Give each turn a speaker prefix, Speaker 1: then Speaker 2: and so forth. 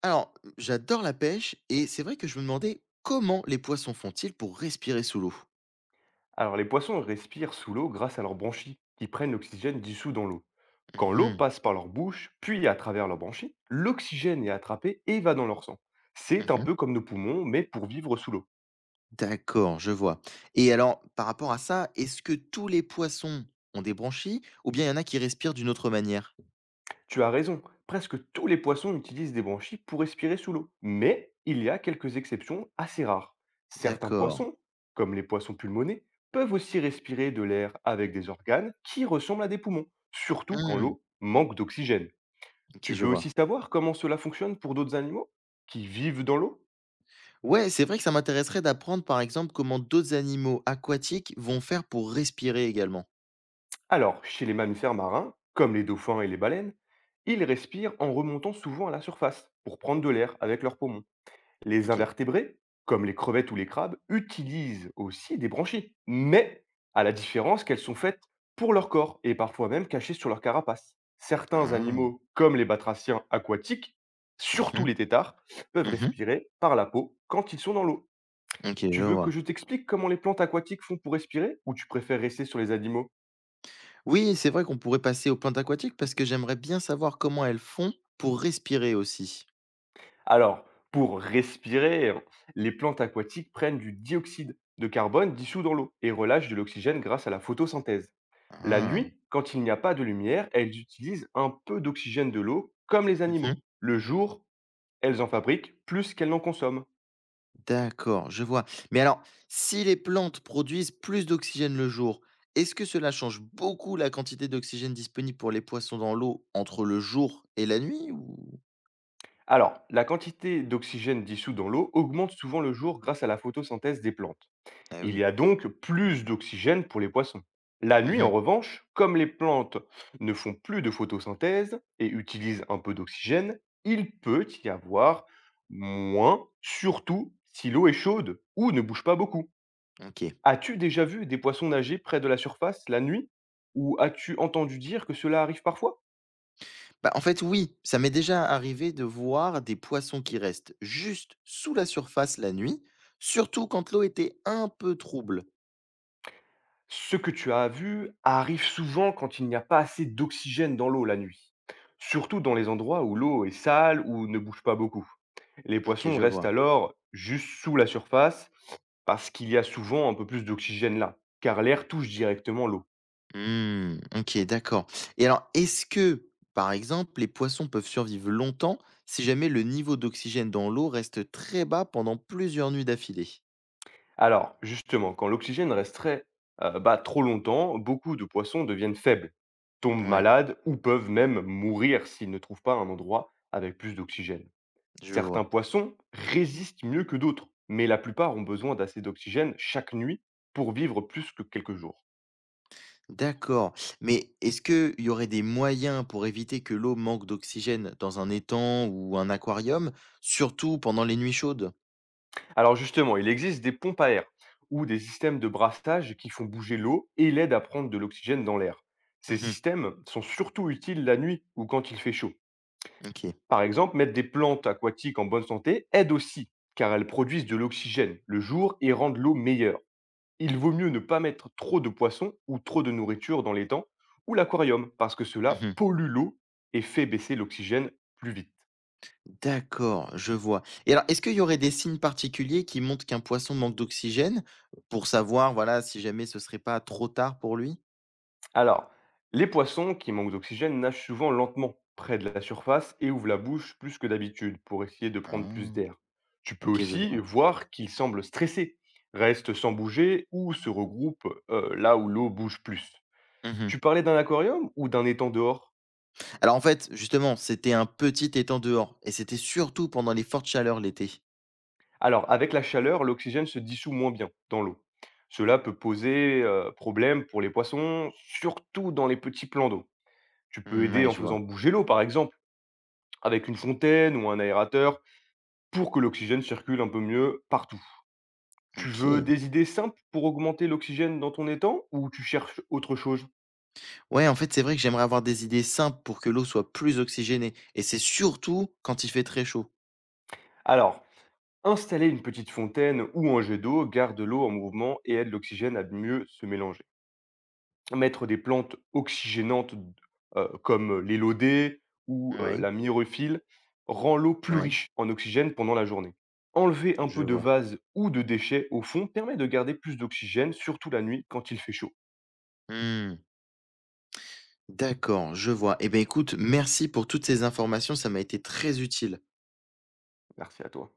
Speaker 1: Alors, j'adore la pêche et c'est vrai que je me demandais comment les poissons font-ils pour respirer sous l'eau?
Speaker 2: Alors les poissons respirent sous l'eau grâce à leurs branchies, qui prennent l'oxygène dissous dans l'eau. Quand
Speaker 1: Mmh
Speaker 2: l'eau
Speaker 1: mh.
Speaker 2: passe par leur bouche, puis à travers leurs branchies, l'oxygène est attrapé et va dans leur sang. C'est un
Speaker 1: Mmh.
Speaker 2: peu comme nos poumons, mais pour vivre sous l'eau.
Speaker 1: D'accord, je vois. Et alors, par rapport à ça, est-ce que tous les poissons ont des branchies ou bien il y en a qui respirent d'une autre manière?
Speaker 2: Tu as raison, presque tous les poissons utilisent des branchies pour respirer sous l'eau. Mais il y a quelques exceptions assez rares. Certains
Speaker 1: D'accord.
Speaker 2: poissons, comme les poissons pulmonés, peuvent aussi respirer de l'air avec des organes qui ressemblent à des poumons, surtout quand
Speaker 1: Mmh,
Speaker 2: l'eau manque d'oxygène.
Speaker 1: OK,
Speaker 2: Tu
Speaker 1: je
Speaker 2: veux
Speaker 1: vois.
Speaker 2: aussi savoir comment cela fonctionne pour d'autres animaux qui vivent dans l'eau?
Speaker 1: Ouais, c'est vrai que ça m'intéresserait d'apprendre, par exemple, comment d'autres animaux aquatiques vont faire pour respirer également.
Speaker 2: Alors, chez les mammifères marins, comme les dauphins et les baleines, ils respirent en remontant souvent à la surface pour prendre de l'air avec leurs poumons. Les
Speaker 1: OK.
Speaker 2: invertébrés, comme les crevettes ou les crabes, utilisent aussi des branchies, mais à la différence qu'elles sont faites pour leur corps et parfois même cachées sur leur carapace. Certains
Speaker 1: Ah.
Speaker 2: animaux, comme les batraciens aquatiques,
Speaker 1: Mmh
Speaker 2: surtout
Speaker 1: mh.
Speaker 2: les têtards, peuvent
Speaker 1: Mmh.
Speaker 2: respirer par la peau quand ils sont dans l'eau.
Speaker 1: OK,
Speaker 2: Tu
Speaker 1: je
Speaker 2: veux que
Speaker 1: vois.
Speaker 2: je t'explique comment les plantes aquatiques font pour respirer ou tu préfères rester sur les animaux?
Speaker 1: Oui, c'est vrai qu'on pourrait passer aux plantes aquatiques parce que j'aimerais bien savoir comment elles font pour respirer aussi.
Speaker 2: Alors, pour respirer, les plantes aquatiques prennent du dioxyde de carbone dissous dans l'eau et relâchent de l'oxygène grâce à la photosynthèse. La
Speaker 1: Ah,
Speaker 2: nuit, quand il n'y a pas de lumière, elles utilisent un peu d'oxygène de l'eau comme les animaux.
Speaker 1: mhm.
Speaker 2: Le jour, elles en fabriquent plus qu'elles n'en consomment.
Speaker 1: D'accord, je vois. Mais alors, si les plantes produisent plus d'oxygène le jour, est-ce que cela change beaucoup la quantité d'oxygène disponible pour les poissons dans l'eau entre le jour et la nuit ou...
Speaker 2: Alors, la quantité d'oxygène dissous dans l'eau augmente souvent le jour grâce à la photosynthèse des plantes.
Speaker 1: Ah
Speaker 2: Il
Speaker 1: oui.
Speaker 2: y a donc plus d'oxygène pour les poissons. La nuit,
Speaker 1: Mhm.
Speaker 2: en revanche, comme les plantes ne font plus de photosynthèse et utilisent un peu d'oxygène, il peut y avoir moins, surtout si l'eau est chaude ou ne bouge pas beaucoup.
Speaker 1: Ok.
Speaker 2: As-tu déjà vu des poissons nager près de la surface la nuit? Ou as-tu entendu dire que cela arrive parfois?
Speaker 1: Bah, en fait, oui, ça m'est déjà arrivé de voir des poissons qui restent juste sous la surface la nuit, surtout quand l'eau était un peu trouble.
Speaker 2: Ce que tu as vu arrive souvent quand il n'y a pas assez d'oxygène dans l'eau la nuit, surtout dans les endroits où l'eau est sale ou ne bouge pas beaucoup. Les
Speaker 1: Ok,
Speaker 2: poissons
Speaker 1: je
Speaker 2: restent
Speaker 1: vois.
Speaker 2: alors juste sous la surface parce qu'il y a souvent un peu plus d'oxygène là, car l'air touche directement l'eau.
Speaker 1: Mmh, OK, d'accord, et alors, est-ce que, par exemple, les poissons peuvent survivre longtemps si jamais le niveau d'oxygène dans l'eau reste très bas pendant plusieurs nuits d'affilée?
Speaker 2: Alors, justement, quand l'oxygène resterait trop longtemps, beaucoup de poissons deviennent faibles, tombent
Speaker 1: Ouais,
Speaker 2: malades ou peuvent même mourir s'ils ne trouvent pas un endroit avec plus d'oxygène.
Speaker 1: je
Speaker 2: Certains
Speaker 1: vois.
Speaker 2: poissons résistent mieux que d'autres, mais la plupart ont besoin d'assez d'oxygène chaque nuit pour vivre plus que quelques jours.
Speaker 1: D'accord, mais est-ce qu'il y aurait des moyens pour éviter que l'eau manque d'oxygène dans un étang ou un aquarium, surtout pendant les nuits chaudes?
Speaker 2: Alors justement, il existe des pompes à air ou des systèmes de brassage qui font bouger l'eau et l'aident à prendre de l'oxygène dans l'air. Ces
Speaker 1: Mmh.
Speaker 2: systèmes sont surtout utiles la nuit ou quand il fait chaud.
Speaker 1: OK.
Speaker 2: Par exemple, mettre des plantes aquatiques en bonne santé aide aussi, car elles produisent de l'oxygène le jour et rendent l'eau meilleure. Il vaut mieux ne pas mettre trop de poissons ou trop de nourriture dans l'étang ou l'aquarium, parce que cela
Speaker 1: Mmh.
Speaker 2: pollue l'eau et fait baisser l'oxygène plus vite.
Speaker 1: D'accord, je vois. Et alors, est-ce qu'il y aurait des signes particuliers qui montrent qu'un poisson manque d'oxygène pour savoir, voilà, si jamais ce serait pas trop tard pour lui?
Speaker 2: Alors, les poissons qui manquent d'oxygène nagent souvent lentement près de la surface et ouvrent la bouche plus que d'habitude pour essayer de prendre plus
Speaker 1: Ah,
Speaker 2: d'air. Tu peux
Speaker 1: ok, je
Speaker 2: aussi
Speaker 1: vois.
Speaker 2: voir qu'ils semblent stressés, restent sans bouger ou se regroupent là où l'eau bouge plus.
Speaker 1: Mhm.
Speaker 2: Tu parlais d'un aquarium ou d'un étang dehors?
Speaker 1: Alors, en fait, justement, c'était un petit étang dehors et c'était surtout pendant les fortes chaleurs l'été.
Speaker 2: Alors, avec la chaleur, l'oxygène se dissout moins bien dans l'eau. Cela peut poser problème pour les poissons, surtout dans les petits plans d'eau. Tu peux
Speaker 1: Mm,
Speaker 2: aider
Speaker 1: ouais,
Speaker 2: en
Speaker 1: je
Speaker 2: faisant
Speaker 1: vois.
Speaker 2: bouger l'eau, par exemple, avec une fontaine ou un aérateur. Pour que l'oxygène circule un peu mieux partout. Tu veux
Speaker 1: Ok.
Speaker 2: des idées simples pour augmenter l'oxygène dans ton étang ou tu cherches autre chose?
Speaker 1: Ouais, en fait, c'est vrai que j'aimerais avoir des idées simples pour que l'eau soit plus oxygénée. Et c'est surtout quand il fait très chaud.
Speaker 2: Alors, installer une petite fontaine ou un jet d'eau garde l'eau en mouvement et aide l'oxygène à mieux se mélanger. Mettre des plantes oxygénantes comme l'élodée ou
Speaker 1: Ouais,
Speaker 2: la myrophile rend l'eau plus
Speaker 1: ouais,
Speaker 2: riche en oxygène pendant la journée. Enlever un peu
Speaker 1: je
Speaker 2: de
Speaker 1: vois.
Speaker 2: vase ou de déchets au fond permet de garder plus d'oxygène, surtout la nuit quand il fait chaud.
Speaker 1: Hmm. D'accord, je vois. Eh bien, écoute, merci pour toutes ces informations, ça m'a été très utile.
Speaker 2: Merci à toi.